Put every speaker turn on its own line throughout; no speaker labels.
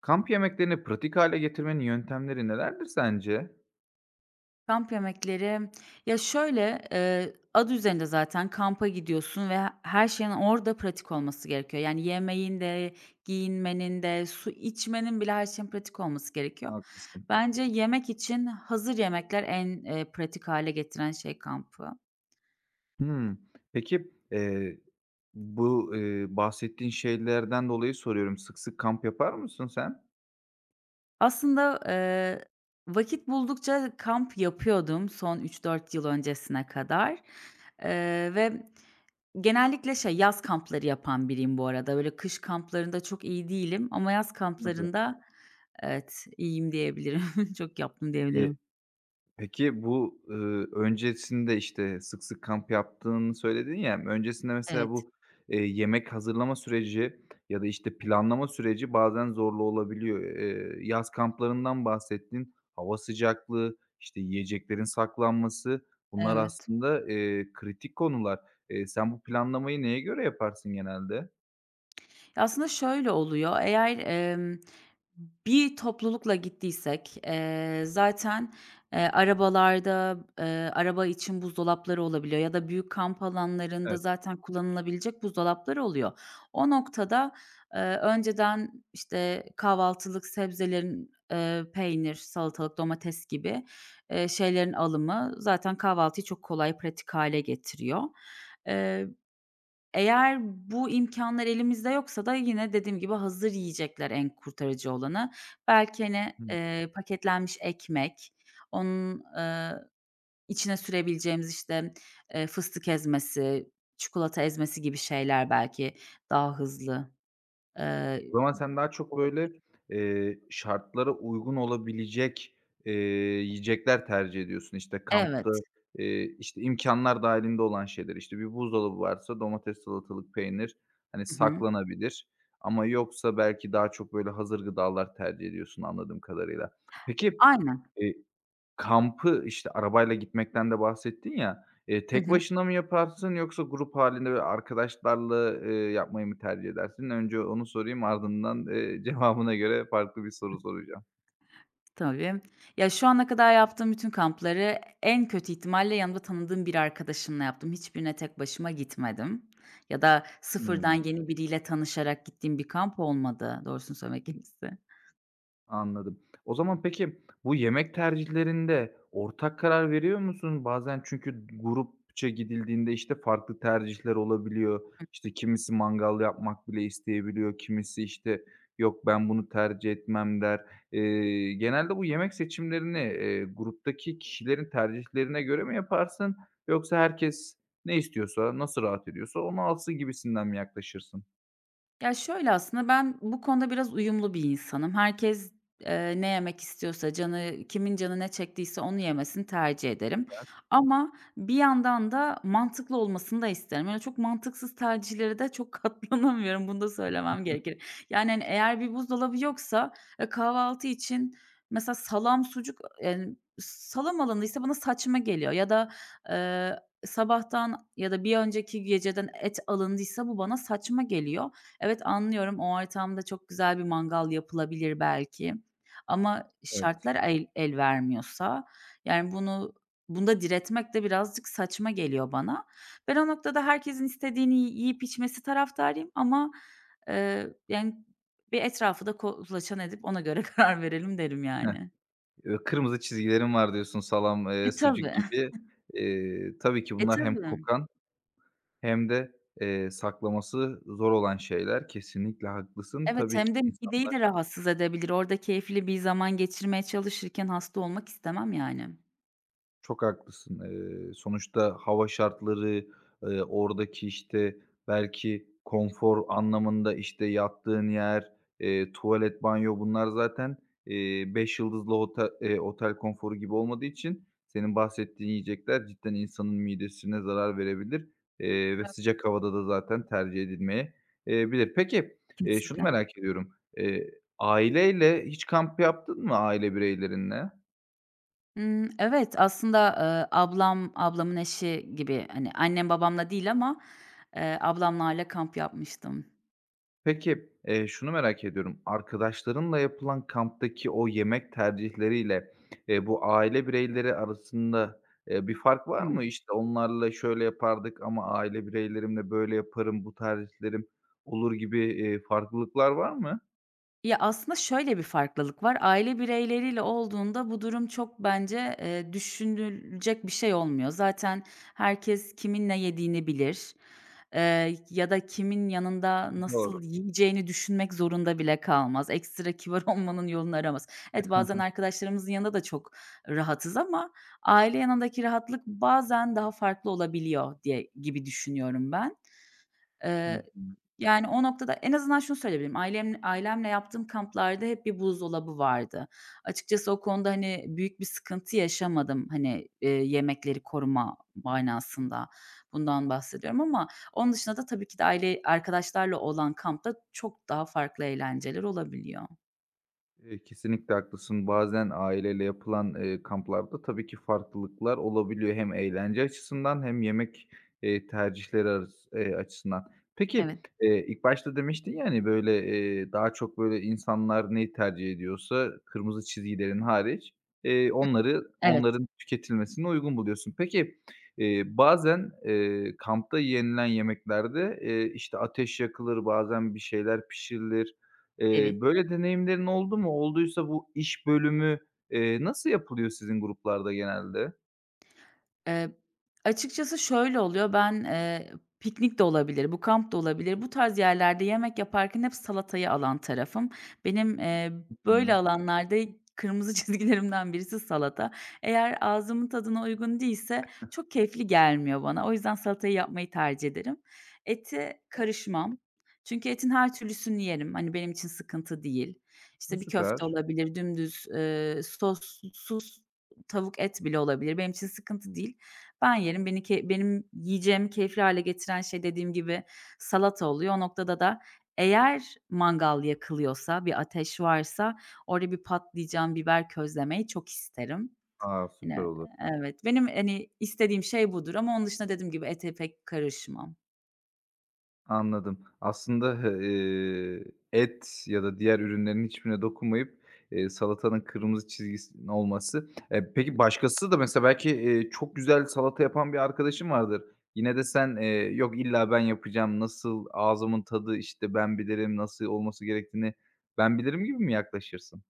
Kamp yemeklerini pratik hale getirmenin yöntemleri nelerdir sence?
Kamp yemekleri, ya, şöyle, adı üzerinde zaten kampa gidiyorsun ve her şeyin orada pratik olması gerekiyor. Yani yemeğin de, giyinmenin de, su içmenin bile her şeyin pratik olması gerekiyor.
Haklısın.
Bence yemek için hazır yemekler en, pratik hale getiren şey kampı.
Hımm. Peki, bahsettiğin şeylerden dolayı soruyorum. Sık sık kamp yapar mısın sen?
Aslında, vakit buldukça kamp yapıyordum son üç dört yıl öncesine kadar, ve genellikle şey, yaz kampları yapan biriyim bu arada. Böyle kış kamplarında çok iyi değilim ama yaz kamplarında evet, iyiyim diyebilirim. Çok yaptım
Eee
diyebilirim.
Peki öncesinde, işte, sık sık kamp yaptığını söyledin ya, öncesinde mesela
Evet,
bu, yemek hazırlama süreci ya da, işte, planlama süreci bazen zorlu olabiliyor. Yaz kamplarından bahsettin. Hava sıcaklığı, işte, yiyeceklerin saklanması bunlar
evet.
aslında, kritik konular. Sen bu planlamayı neye göre yaparsın genelde?
Ya, aslında şöyle oluyor, eğer, bir toplulukla gittiysek, zaten, arabalarda, araba için buzdolapları olabiliyor ya da büyük kamp alanlarında
Evet.
zaten kullanılabilecek buzdolapları oluyor. O noktada, önceden, işte, kahvaltılık sebzelerin, peynir, salatalık, domates gibi, şeylerin alımı zaten kahvaltıyı çok kolay, pratik hale getiriyor. Eee, eğer bu imkânlar elimizde yoksa da yine dediğim gibi hazır yiyecekler en kurtarıcı olanı. Belki, hani, paketlenmiş ekmek, onun, içine sürebileceğimiz, işte, fıstık ezmesi, çikolata ezmesi gibi şeyler belki daha hızlı, eee,
O zaman sen daha çok
olabilir.
böyle, şartlara uygun olabilecek, yiyecekler tercih ediyorsun. İşte, kampta,
Evet.
işte, imkânlar dâhilinde olan şeyler. İşte, bir buzdolabı varsa domates, salatalık, peynir, hani,
Hı hı.
saklanabilir ama yoksa belki daha çok böyle hazır gıdalar tercih ediyorsun anladığım kadarıyla. Peki,
Aynen.
eee Kampı, işte, arabayla gitmekten de bahsettin ya,
Hı
tek
hı.
başına mı yaparsın yoksa grup hâlinde böyle arkadaşlarla, yapmayı mı tercih edersin? Önce onu sorayım, ardından, cevabına göre farklı bir soru soracağım.
Tabii. Ya, şu ana kadar yaptığım bütün kampları en kötü ihtimalle yanımda tanıdığım bir arkadaşımla yaptım. Hiçbirine tek başıma gitmedim ya da sıfırdan
Hımm.
yeni biriyle tanışarak gittiğim bir kamp olmadı doğrusunu söylemek gerekirse.
Anladım. O zaman peki bu yemek tercihlerinde ortak karar veriyor musun? Bazen çünkü grupça gidildiğinde, işte, farklı tercihler olabiliyor. İşte, kimisi mangal yapmak bile isteyebiliyor, kimisi, işte, "Yok, ben bunu tercih etmem." der. Genelde bu yemek seçimlerini, gruptaki kişilerin tercihlerine göre mi yaparsın yoksa herkes ne istiyorsa, nasıl rahat ediyorsa onu alsın gibisinden mi yaklaşırsın?
Ya, şöyle aslında ben bu konuda biraz uyumlu bir insanım. Herkes, ne yemek istiyorsa, canı kimin canı ne çektiyse onu yemesini tercih ederim
Süper,
ama bir yandan da mantıklı olmasını da isterim. Yani çok mantıksız tercihlere de çok katlanamıyorum, bunu da söylemem gerekir. Yani, hani, eğer bir buzdolabı yoksa, kahvaltı için mesela salam, sucuk, yani, salam alındıysa bana saçma geliyor ya da, eee, sabahtan ya da bir önceki geceden et alındıysa bu bana saçma geliyor. Evet, anlıyorum. O ortamda çok güzel bir mangal yapılabilir belki ama
evet.
şartlar el el vermiyorsa, yani, bunu bunda diretmek de birazcık saçma geliyor bana. Ben o noktada herkesin istediğini yiyip içmesi taraftarıyım ama, yani, bir etrafı da kolaçan edip ona göre karar verelim derim, yani.
Kırmızı çizgilerim var diyorsun, salam,
E,
sucuk
tabii.
gibi. Tabii ki
E,
bunlar hem
tabii.
kokan hem de, saklaması zor olan şeyler. Kesinlikle haklısın.
Evet,
Tabii
hem de
ki
mideyi de
insanlar.
rahatsız edebilir. Orada keyifli bir zaman geçirmeye çalışırken hasta olmak istemem, yani.
Çok haklısın. Sonuçta hava şartları, oradaki, işte, belki konfor anlamında, işte, yattığın yer, tuvalet, banyo bunlar zaten, 5 yıldızlı otel konforu gibi olmadığı için senin bahsettiğin yiyecekler cidden insanın midesine zarar verebilir, ve
Evet.
sıcak havada da zaten tercih edilmeye bilir. Peki, şunu
Kesinlikle.
merak ediyorum. Eee, Aileyle hiç kamp yaptın mı, aile bireylerinle?
Evet, aslında, ablam, ablamın eşi gibi, hani, annem babamla değil ama, ablamlarla kamp yapmıştım.
Peki, şunu merak ediyorum. Arkadaşlarınla yapılan kamptaki o yemek tercihleriyle, bu aile bireyleri arasında, bir fark var mı? İşte, onlarla şöyle yapardık ama aile bireylerimle böyle yaparım, bu tercihlerim olur gibi, farklılıklar var mı?
Ya, aslında şöyle bir farklılık var. Aile bireyleriyle olduğunda bu durum çok bence, düşünülecek bir şey olmuyor. Zaten herkes kimin ne yediğini bilir, ya da kimin yanında nasıl
Doğru.
yiyeceğini düşünmek zorunda bile kalmaz. Ekstra kibar olmanın yolunu aramaz. Evet, bazen arkadaşlarımızın yanında da çok rahatız ama aile yanındaki rahatlık bazen daha farklı olabiliyor diye gibi düşünüyorum ben.
Hı hı.
Yani, o noktada en azından şunu söyleyebilirim, ailemle yaptığım kamplarda hep bir buzdolabı vardı. Açıkçası o konuda, hani, büyük bir sıkıntı yaşamadım, hani, yemekleri koruma manasında. Bundan bahsediyorum ama onun dışında da tabii ki de aile arkadaşlarla olan kampta çok daha farklı eğlenceler olabiliyor.
Kesinlikle haklısın. Bazen aileyle yapılan, kamplarda tabii ki farklılıklar olabiliyor, hem eğlence açısından hem yemek, tercihleri arası açısından. Peki,
Evet,
ilk başta demiştin, yani böyle, daha çok, böyle, insanlar neyi tercih ediyorsa kırmızı çizgilerin hariç, onları,
evet,
onların tüketilmesine uygun buluyorsun. Peki, bazen, kampta yenilen yemeklerde, işte, ateş yakılır, bazen bir şeyler pişirilir.
evet.
Böyle deneyimlerin oldu mu? Olduysa bu iş bölümü, nasıl yapılıyor sizin gruplarda genelde?
Eee, açıkçası şöyle oluyor, ben, piknik de olabilir, bu kamp da olabilir. Bu tarz yerlerde yemek yaparken hep salatayı alan tarafım. Benim,
Hı
böyle
hı.
alanlarda kırmızı çizgilerimden birisi salata. Eğer ağzımın tadına uygun değilse çok keyifli gelmiyor bana. O yüzden salatayı yapmayı tercih ederim. Et'i karışmam. Çünkü etin her türlüsünü yerim. Hani, benim için sıkıntı değil.
E,
İşte, bir
süper.
köfte olabilir, dümdüz, sossuz tavuk et bile olabilir. Benim için sıkıntı değil. Ben yerim. Benim yiyeceğimi keyifli hâle getiren şey dediğim gibi salata oluyor. O noktada da eğer mangal yakılıyorsa, bir ateş varsa orada bir patlıcan, biber közlemeyi çok isterim.
A, süper
Hani,
olur.
evet, benim, hani, istediğim şey budur ama onun dışında dediğim gibi ete pek karışmam.
Anladım. Aslında, et ya da diğer ürünlerin hiçbirine dokunmayıp, salatanın kırmızı çizgisinin olması. E, peki başkası da mesela belki, çok güzel salata yapan bir arkadaşın vardır. Yine de sen, "Yok, illa ben yapacağım. Nasıl ağzımın tadı, işte, ben bilirim, nasıl olması gerektiğini ben bilirim." gibi mi yaklaşırsın?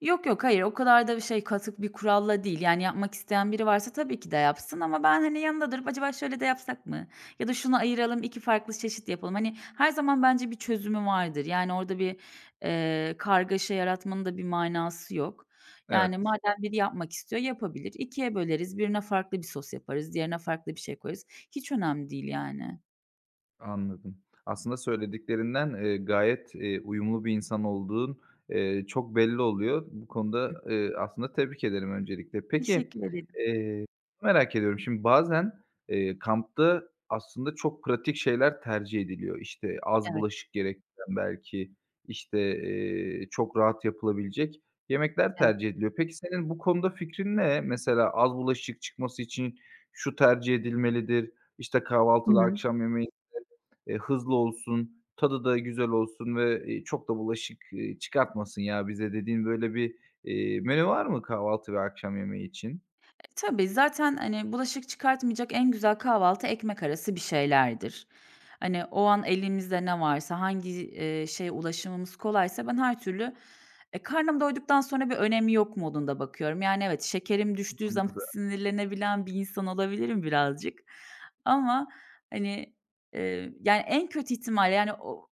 Yok, yok, hayır, o kadar da bir şey, katık bir kuralla değil. Yani, yapmak isteyen biri varsa tabii ki de yapsın ama ben, hani, yanında durup acaba şöyle de yapsak mı ya da şunu ayıralım, 2 farklı çeşit yapalım. Hani, her zaman bence bir çözümü vardır. Yani, orada bir, kargaşa yaratmanın da bir manası yok. Yani,
Evet.
madem biri yapmak istiyor, yapabilir. 2'ye böleriz, birine farklı bir sos yaparız, diğerine farklı bir şey koyarız. Hiç önemli değil yani.
Anladım. Aslında söylediklerinden, gayet, uyumlu bir insan olduğun, çok belli oluyor. Bu
Hı.
konuda, aslında tebrik ederim öncelikle. Peki,
Teşekkür ederim.
eee, merak ediyorum, şimdi bazen, kampta aslında çok pratik şeyler tercih ediliyor. İşte, az
Evet,
bulaşık gerektiren belki, işte, çok rahat yapılabilecek yemekler
evet.
tercih ediliyor. Peki, senin bu konuda fikrin ne? Mesela az bulaşık çıkması için şu tercih edilmelidir. İşte
Hı
kahvaltıda,
hı.
akşam yemeği. Hızlı olsun, tadı da güzel olsun ve, çok da bulaşık, çıkartmasın ya bize dediğin böyle bir, menü var mı kahvaltı ve akşam yemeği için?
Tabii, zaten, hani, bulaşık çıkartmayacak en güzel kahvaltı ekmek arası bir şeylerdir. Hani, o an elimizde ne varsa, hangi, şeye ulaşımımız kolaysa ben her türlü, e, karnım doyduktan sonra bir önemi yok modunda bakıyorum. Yani, evet, şekerim düştüğü zaman
Anladım.
sinirlenebilen bir insan olabilirim birazcık ama, hani, yani, en kötü ihtimal, yani, o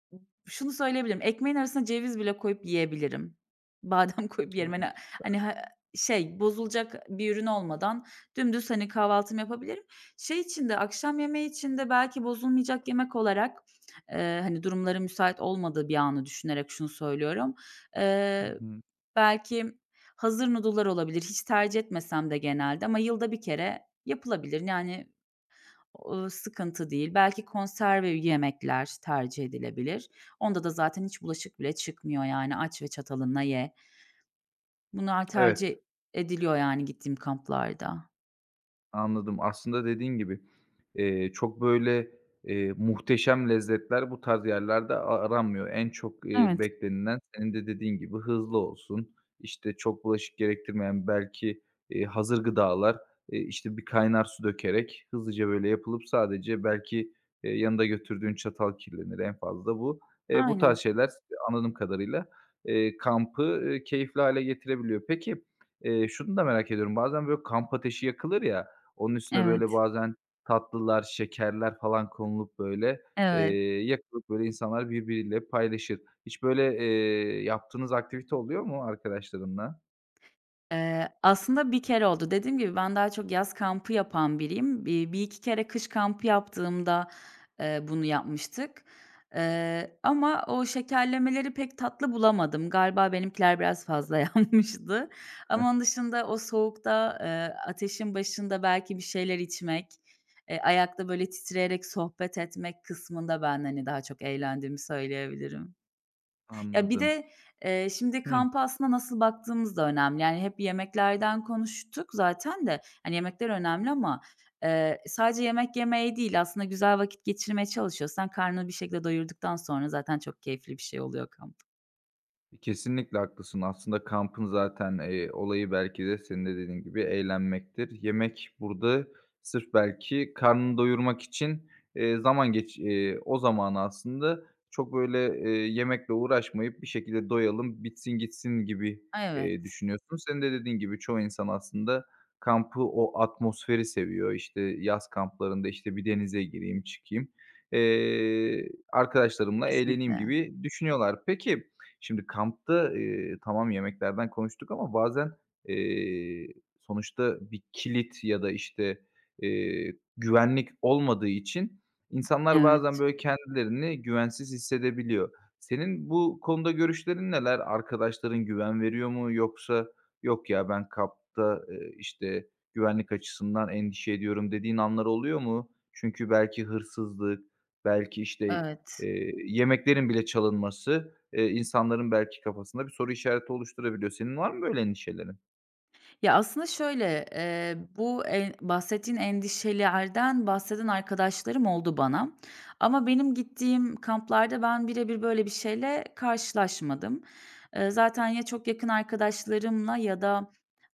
şunu söyleyebilirim, ekmeğin arasına ceviz bile koyup yiyebilirim. Badem koyup yerim.
Evet.
Hani, şey, bozulacak bir ürün olmadan dümdüz, hani, kahvaltımı yapabilirim. Şey için de, akşam yemeği için de belki bozulmayacak yemek olarak, hani, durumların müsait olmadığı bir anı düşünerek şunu söylüyorum.
Hı
Eee,
hı.
belki hazır noodle'lar olabilir. Hiç tercih etmesem de genelde ama yılda bir kere yapılabilir. Yani, sıkıntı değil. Belki konserve yemekler tercih edilebilir. Onda da zaten hiç bulaşık bile çıkmıyor, yani, aç ve çatalınla ye. Bunlar
Evet.
tercih ediliyor yani gittiğim kamplarda.
Anladım. Aslında dediğin gibi, çok böyle, muhteşem lezzetler bu tarz yerlerde aranmıyor. En çok,
Evet.
beklenilen senin de dediğin gibi hızlı olsun, işte, çok bulaşık gerektirmeyen belki, hazır gıdalar, işte, bir kaynar su dökerek hızlıca böyle yapılıp sadece belki, yanında götürdüğün çatal kirlenir en fazla bu. Bu
Aynen.
tarz şeyler anladığım kadarıyla, kampı, keyifli hale getirebiliyor. Peki, şunu da merak ediyorum, bazen böyle kamp ateşi yakılır ya, onun üstüne böyle
Evet,
bazen tatlılar, şekerler falan konulup böyle,
evet.
eee, yakılıp böyle insanlar birbiriyle paylaşır. Hiç böyle, yaptığınız aktivite oluyor mu arkadaşlarınla?
Aslında bir kere oldu. Dediğim gibi ben daha çok yaz kampı yapan biriyim. Bir iki kere kış kampı yaptığımda, bunu yapmıştık. Ama o şekerlemeleri pek tatlı bulamadım. Galiba benimkiler biraz fazla yanmıştı. Ama onun dışında o soğukta, ateşin başında belki bir şeyler içmek, ayakta böyle titreyerek sohbet etmek kısmında ben, hani, daha çok eğlendiğimi söyleyebilirim. Ya, bir
Anladım.
de, şimdi
Hı.
kampa aslında nasıl baktığımız da önemli. Yani, hep yemeklerden konuştuk zaten de, hani, yemekler önemli ama, sadece yemek yemeyi değil aslında güzel vakit geçirmeye çalışıyorsan karnını bir şekilde doyurduktan sonra zaten çok keyifli bir şey oluyor kamp.
Kesinlikle haklısın. Aslında kampın zaten, olayı belki de senin de dediğin gibi eğlenmektir. Yemek burada sırf belki karnını doyurmak için, zaman geç o zaman aslında çok böyle, yemekle uğraşmayıp bir şekilde doyalım, bitsin gitsin gibi,
Evet,
düşünüyorsun. Senin de dediğin gibi çoğu insan aslında kampı, o atmosferi seviyor. İşte, yaz kamplarında, işte, bir denize gireyim, çıkayım, arkadaşlarımla eğleneyim
kesinlikle.
gibi düşünüyorlar. Peki. Şimdi kampta, tamam, yemeklerden konuştuk ama bazen, eee, sonuçta bir kilit ya da, işte, güvenlik olmadığı için insanlar bazen,
Evet,
böyle, kendilerini güvensiz hissedebiliyor. Senin bu konuda görüşlerin neler? Arkadaşların güven veriyor mu yoksa "Yok ya, ben kampta, işte, güvenlik açısından endişe ediyorum." dediğin anlar oluyor mu? Çünkü belki hırsızlık, belki, işte,
evet.
yemeklerin bile çalınması. İnsanların belki kafasında bir soru işareti oluşturabiliyor. Senin var mı böyle endişelerin?
Ya, aslında şöyle, bu en bahsettiğin endişelerden bahseden arkadaşlarım oldu bana ama benim gittiğim kamplarda ben bire bir böyle bir şeyle karşılaşmadım. Zaten ya çok yakın arkadaşlarımla ya da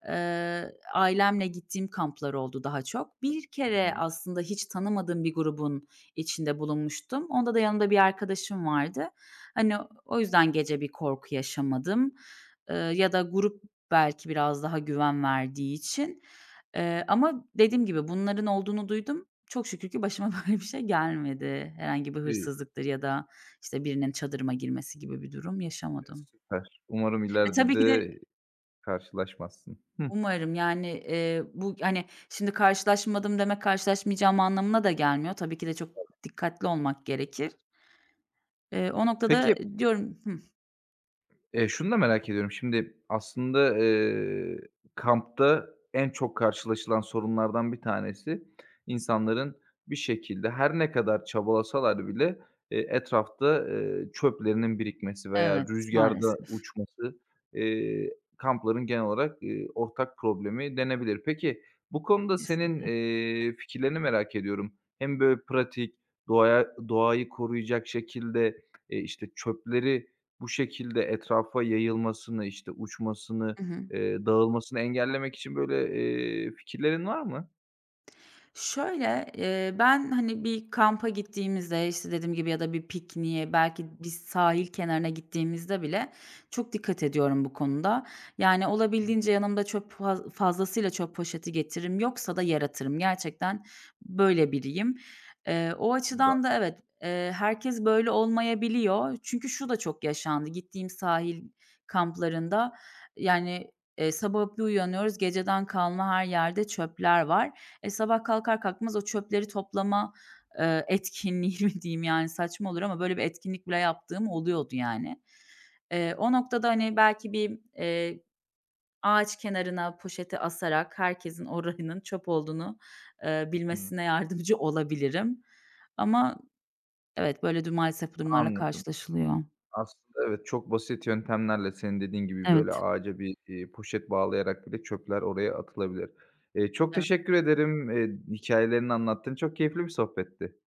ailemle gittiğim kamplar oldu daha çok. Bir
Hı
kere
hı.
aslında hiç tanımadığım bir grubun içinde bulunmuştum. Onda da yanımda bir arkadaşım vardı. Hani, o yüzden gece bir korku yaşamadım, ya da grup belki biraz daha güven verdiği için. Ama dediğim gibi bunların olduğunu duydum. Çok şükür ki başıma böyle bir şey gelmedi. Herhangi bir
İyi,
hırsızlıktır ya da, işte, birinin çadırıma girmesi gibi bir durum yaşamadım.
süper. Umarım
E,
ileride
tabii ki de.
de karşılaşmazsın. Hı.
Umarım, yani, bu, hani, şimdi karşılaşmadım demek karşılaşmayacağım anlamına da gelmiyor. Tabii ki de çok dikkatli olmak gerekir. O noktada
Peki.
diyorum,
Şunu da merak ediyorum. Şimdi aslında, kampta en çok karşılaşılan sorunlardan bir tanesi insanların bir şekilde her ne kadar çabalasalar bile, etrafta, çöplerinin birikmesi veya
evet,
rüzgarda
maalesef.
uçması, kampların genel olarak, ortak problemi denebilir. Peki, bu konuda senin,
Kesinlikle.
fikirlerini merak ediyorum. Hem böyle pratik, doğayı koruyacak şekilde, işte, çöpleri, bu şekilde etrafa yayılmasını, işte, uçmasını,
Hı hı.
dağılmasını engellemek için böyle, fikirlerin var mı?
Şöyle, ben, hani, bir kampa gittiğimizde, işte, dediğim gibi ya da bir pikniğe, belki bir sahil kenarına gittiğimizde bile çok dikkat ediyorum bu konuda. Yani,
Bra.
olabildiğince yanımda çöp fazlasıyla çöp poşeti getiririm. Yoksa da yaratırım. Gerçekten böyle biriyim. O
Hı
açıdan da evet, herkes böyle olmayabiliyor. Çünkü şu da çok yaşandı. Gittiğim sahil kamplarında, yani, sabah bir uyanıyoruz, geceden kalma her yerde çöpler var. E, sabah kalkar kalkmaz o çöpleri toplama, etkinliği mi diyeyim, yani, saçma olur ama böyle bir etkinlik bile yaptığım oluyordu, yani. O noktada, hani, belki bir, ağaç kenarına poşeti asarak herkesin oranın çöp olduğunu,
hı.
bilmesine yardımcı olabilirim. Ama evet, böyle maalesef bu durumlarla
Anladım.
karşılaşılıyor.
Aslında evet, çok basit yöntemlerle senin dediğin gibi böyle
Evet,
ağaca bir, poşet bağlayarak bile çöpler oraya atılabilir. Çok
evet.
teşekkür ederim. Hikâyelerini anlattın. Çok keyifli bir sohbetti.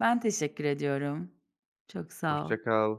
Ben teşekkür ediyorum. Çok sağ ol.
Hoşça kal.